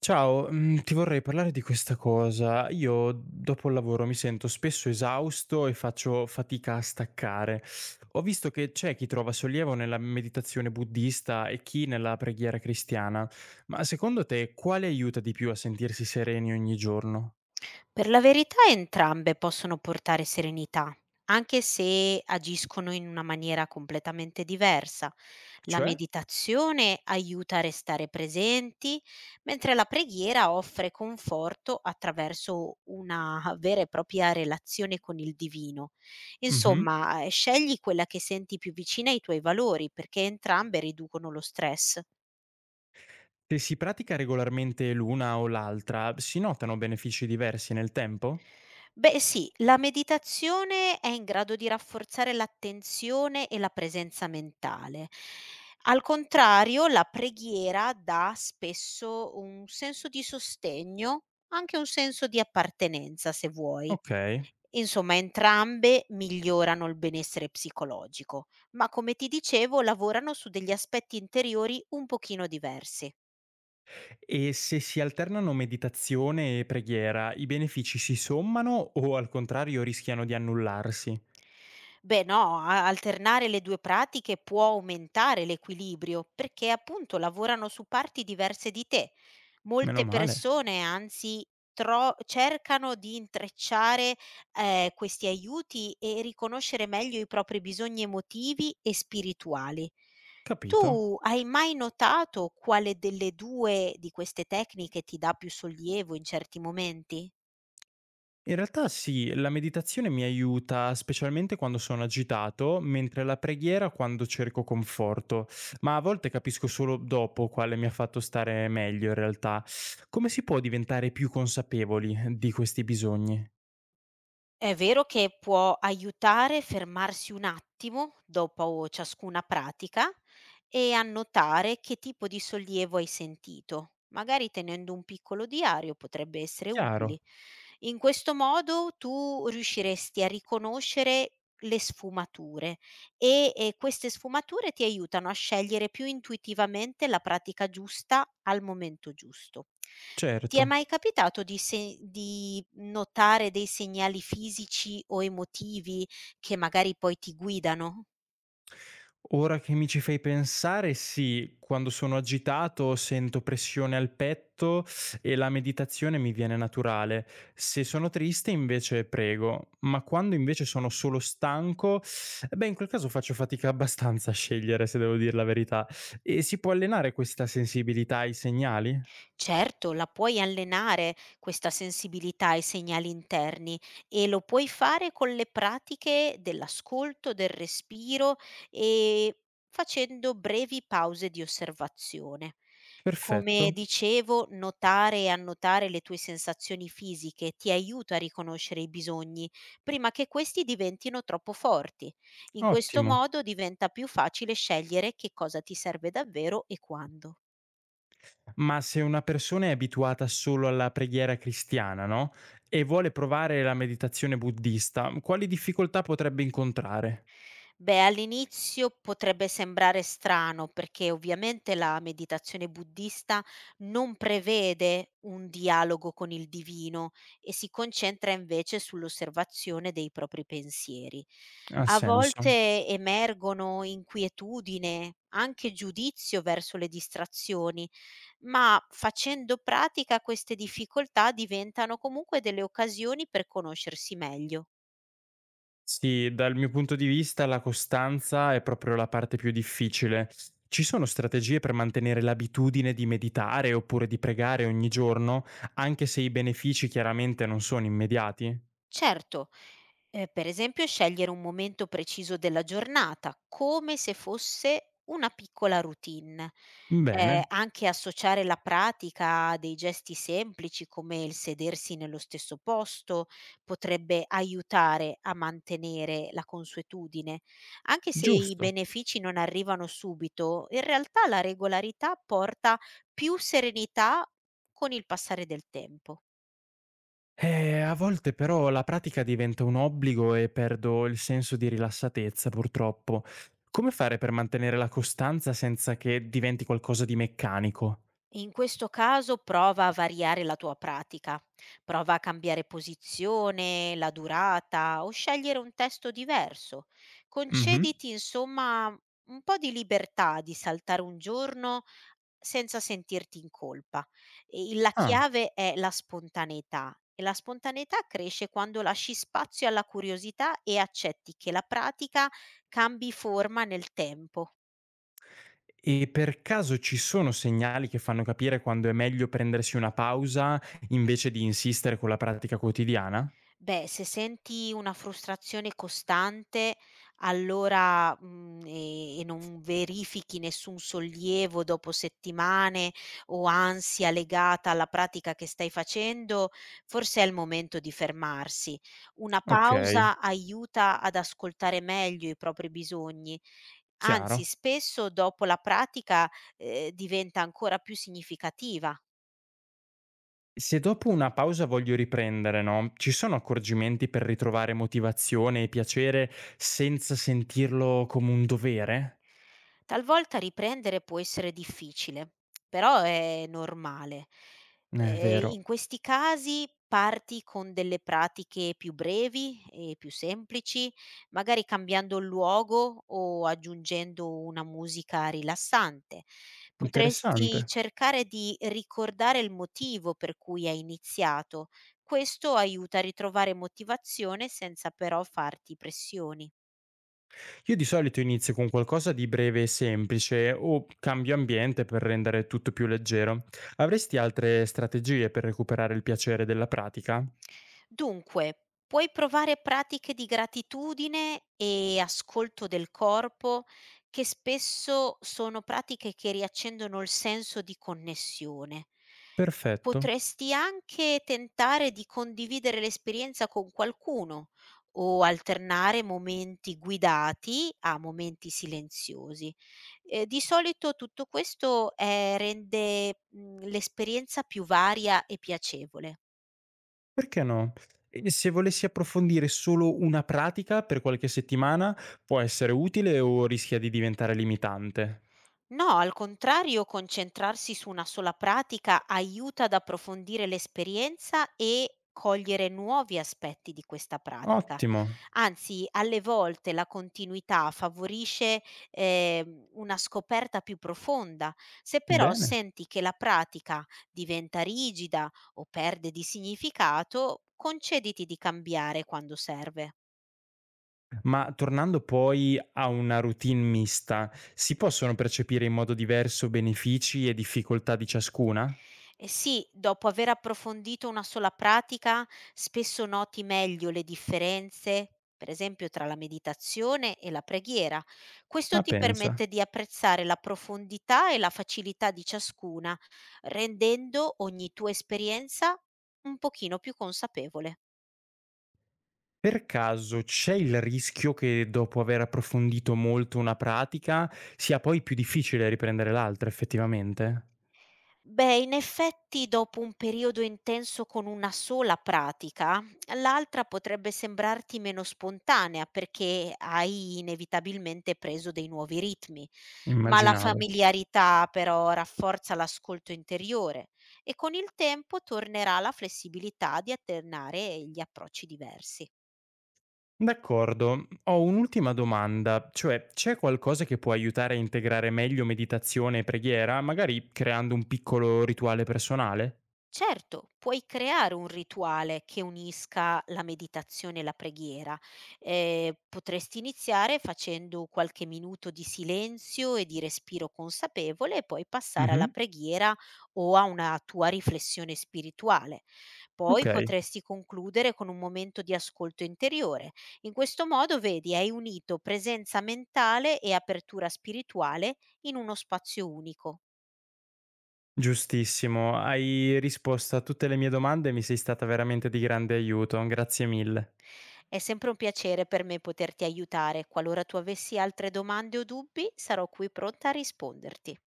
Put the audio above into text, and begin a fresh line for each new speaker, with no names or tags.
Ciao, ti vorrei parlare di questa cosa. Io dopo il lavoro mi sento spesso esausto e faccio fatica a staccare. Ho visto che c'è chi trova sollievo nella meditazione buddista e chi nella preghiera cristiana, ma secondo te quale aiuta di più a sentirsi sereni ogni giorno?
Per la verità entrambe possono portare serenità, anche se agiscono in una maniera completamente diversa. La
Cioè?
meditazione aiuta a restare presenti, mentre la preghiera offre conforto attraverso una vera e propria relazione con il divino.
Mh-mh.
Insomma, scegli quella che senti più vicina ai tuoi valori, perché entrambe riducono lo stress.
Se si pratica regolarmente l'una o l'altra, si notano benefici diversi nel tempo?
Beh sì, la meditazione è in grado di rafforzare l'attenzione e la presenza mentale. Al contrario, la preghiera dà spesso un senso di sostegno, anche un senso di appartenenza, se vuoi.
Okay.
Insomma, entrambe migliorano il benessere psicologico, ma come ti dicevo, lavorano su degli aspetti interiori un pochino diversi.
E se si alternano meditazione e preghiera, i benefici si sommano o al contrario rischiano di annullarsi?
Beh no, a alternare le due pratiche può aumentare l'equilibrio perché appunto lavorano su parti diverse di te.
Meno
Molte
male.
persone anzi cercano di intrecciare questi aiuti e riconoscere meglio i propri bisogni emotivi e spirituali.
Capito.
Tu hai mai notato quale delle due di queste tecniche ti dà più sollievo in certi momenti?
In realtà sì, la meditazione mi aiuta specialmente quando sono agitato, mentre la preghiera quando cerco conforto, ma a volte capisco solo dopo quale mi ha fatto stare meglio in realtà. Come si può diventare più consapevoli di questi bisogni?
È vero che può aiutare fermarsi un attimo dopo ciascuna pratica e annotare che tipo di sollievo hai sentito. Magari tenendo un piccolo diario potrebbe essere utile.
Chiaro,
In questo modo tu riusciresti a riconoscere le sfumature e queste sfumature ti aiutano a scegliere più intuitivamente la pratica giusta al momento giusto. Ti
certo.
è mai capitato di se di notare dei segnali fisici o emotivi che magari poi ti guidano?
Ora che mi ci fai pensare, sì, quando sono agitato sento pressione al petto e la meditazione mi viene naturale. Se sono triste invece prego, ma quando invece sono solo stanco, eh beh in quel caso faccio fatica abbastanza a scegliere se devo dir la verità. E si può allenare questa sensibilità ai segnali?
Certo, la puoi allenare questa sensibilità ai segnali interni e lo puoi fare con le pratiche dell'ascolto, del respiro e facendo brevi pause di osservazione. Come
Perfetto,
dicevo, notare e annotare le tue sensazioni fisiche ti aiuta a riconoscere i bisogni prima che questi diventino troppo forti. In questo
ottimo.
modo diventa più facile scegliere che cosa ti serve davvero e quando.
Ma se una persona è abituata solo alla preghiera cristiana, no? E vuole provare la meditazione buddista, quali difficoltà potrebbe incontrare?
Beh, all'inizio potrebbe sembrare strano perché ovviamente la meditazione buddista non prevede un dialogo con il divino e si concentra invece sull'osservazione dei propri pensieri.
Ha
A
senso.
volte emergono inquietudine, anche giudizio verso le distrazioni, ma facendo pratica queste difficoltà diventano comunque delle occasioni per conoscersi meglio.
Sì, dal mio punto di vista la costanza è proprio la parte più difficile. Ci sono strategie per mantenere l'abitudine di meditare oppure di pregare ogni giorno, anche se i benefici chiaramente non sono immediati?
Certo, per esempio scegliere un momento preciso della giornata, come se fosse una piccola routine.
Bene,
Anche associare la pratica a dei gesti semplici come il sedersi nello stesso posto potrebbe aiutare a mantenere la consuetudine. Anche se i
giusto.
benefici non arrivano subito, in realtà la regolarità porta più serenità con il passare del tempo.
A volte però la pratica diventa un obbligo e perdo il senso di rilassatezza, purtroppo. Come fare per mantenere la costanza senza che diventi qualcosa di meccanico?
In questo caso prova a variare la tua pratica, prova a cambiare posizione, la durata o scegliere un testo diverso.
Mhm.
Concediti insomma un po' di libertà di saltare un giorno senza sentirti in colpa. E la
Ah,
chiave è la spontaneità, e la spontaneità cresce quando lasci spazio alla curiosità e accetti che la pratica cambi forma nel tempo.
e per caso ci sono segnali che fanno capire quando è meglio prendersi una pausa invece di insistere con la pratica quotidiana?
Beh, se senti una frustrazione costante, allora, e non verifichi nessun sollievo dopo settimane o ansia legata alla pratica che stai facendo, forse è il momento di fermarsi. Una
Ok,
pausa aiuta ad ascoltare meglio i propri bisogni, anzi
chiaro.
spesso dopo la pratica diventa ancora più significativa.
Se dopo una pausa voglio riprendere, no, ci sono accorgimenti per ritrovare motivazione e piacere senza sentirlo come un dovere?
Talvolta riprendere può essere difficile, però è normale.
Vero.
In questi casi parti con delle pratiche più brevi e più semplici, magari cambiando il luogo o aggiungendo una musica rilassante. Potresti
Interessante.
cercare di ricordare il motivo per cui hai iniziato. Questo aiuta a ritrovare motivazione senza però farti pressioni.
Io di solito inizio con qualcosa di breve e semplice o cambio ambiente per rendere tutto più leggero. Avresti altre strategie per recuperare il piacere della pratica?
Dunque, puoi provare pratiche di gratitudine e ascolto del corpo, che spesso sono pratiche che riaccendono il senso di connessione.
Perfetto.
Potresti anche tentare di condividere l'esperienza con qualcuno o alternare momenti guidati a momenti silenziosi. Di solito tutto questo rende l'esperienza più varia e piacevole.
Perché no? E se volessi approfondire solo una pratica per qualche settimana, può essere utile o rischia di diventare limitante?
No, al contrario, concentrarsi su una sola pratica aiuta ad approfondire l'esperienza e cogliere nuovi aspetti di questa pratica.
Ottimo.
Anzi, alle volte la continuità favorisce una scoperta più profonda. Se però
Bene.
senti che la pratica diventa rigida o perde di significato, concediti di cambiare quando serve.
Ma tornando poi a una routine mista, si possono percepire in modo diverso benefici e difficoltà di ciascuna?
Eh sì, dopo aver approfondito una sola pratica, spesso noti meglio le differenze, per esempio tra la meditazione e la preghiera. Questo
Ma
ti
pensa,
permette di apprezzare la profondità e la facilità di ciascuna, rendendo ogni tua esperienza un pochino più consapevole.
per caso c'è il rischio che dopo aver approfondito molto una pratica sia poi più difficile riprendere l'altra effettivamente?
Beh, in effetti dopo un periodo intenso con una sola pratica, l'altra potrebbe sembrarti meno spontanea perché hai inevitabilmente preso dei nuovi ritmi, ma la Giusto.
Immaginavo.
Familiarità però rafforza l'ascolto interiore e con il tempo tornerà la flessibilità di alternare gli approcci diversi.
D'accordo. Ho un'ultima domanda, cioè c'è qualcosa che può aiutare a integrare meglio meditazione e preghiera, magari creando un piccolo rituale personale?
Certo, puoi creare un rituale che unisca la meditazione e la preghiera. Potresti iniziare facendo qualche minuto di silenzio e di respiro consapevole e poi passare alla
Mhm.
preghiera o a una tua riflessione spirituale.
Ok,
Poi potresti concludere con un momento di ascolto interiore. In questo modo, vedi, hai unito presenza mentale e apertura spirituale in uno spazio unico.
giustissimo. Hai risposto a tutte le mie domande e mi sei stata veramente di grande aiuto. Grazie mille.
È sempre un piacere per me poterti aiutare. Qualora tu avessi altre domande o dubbi, sarò qui pronta a risponderti.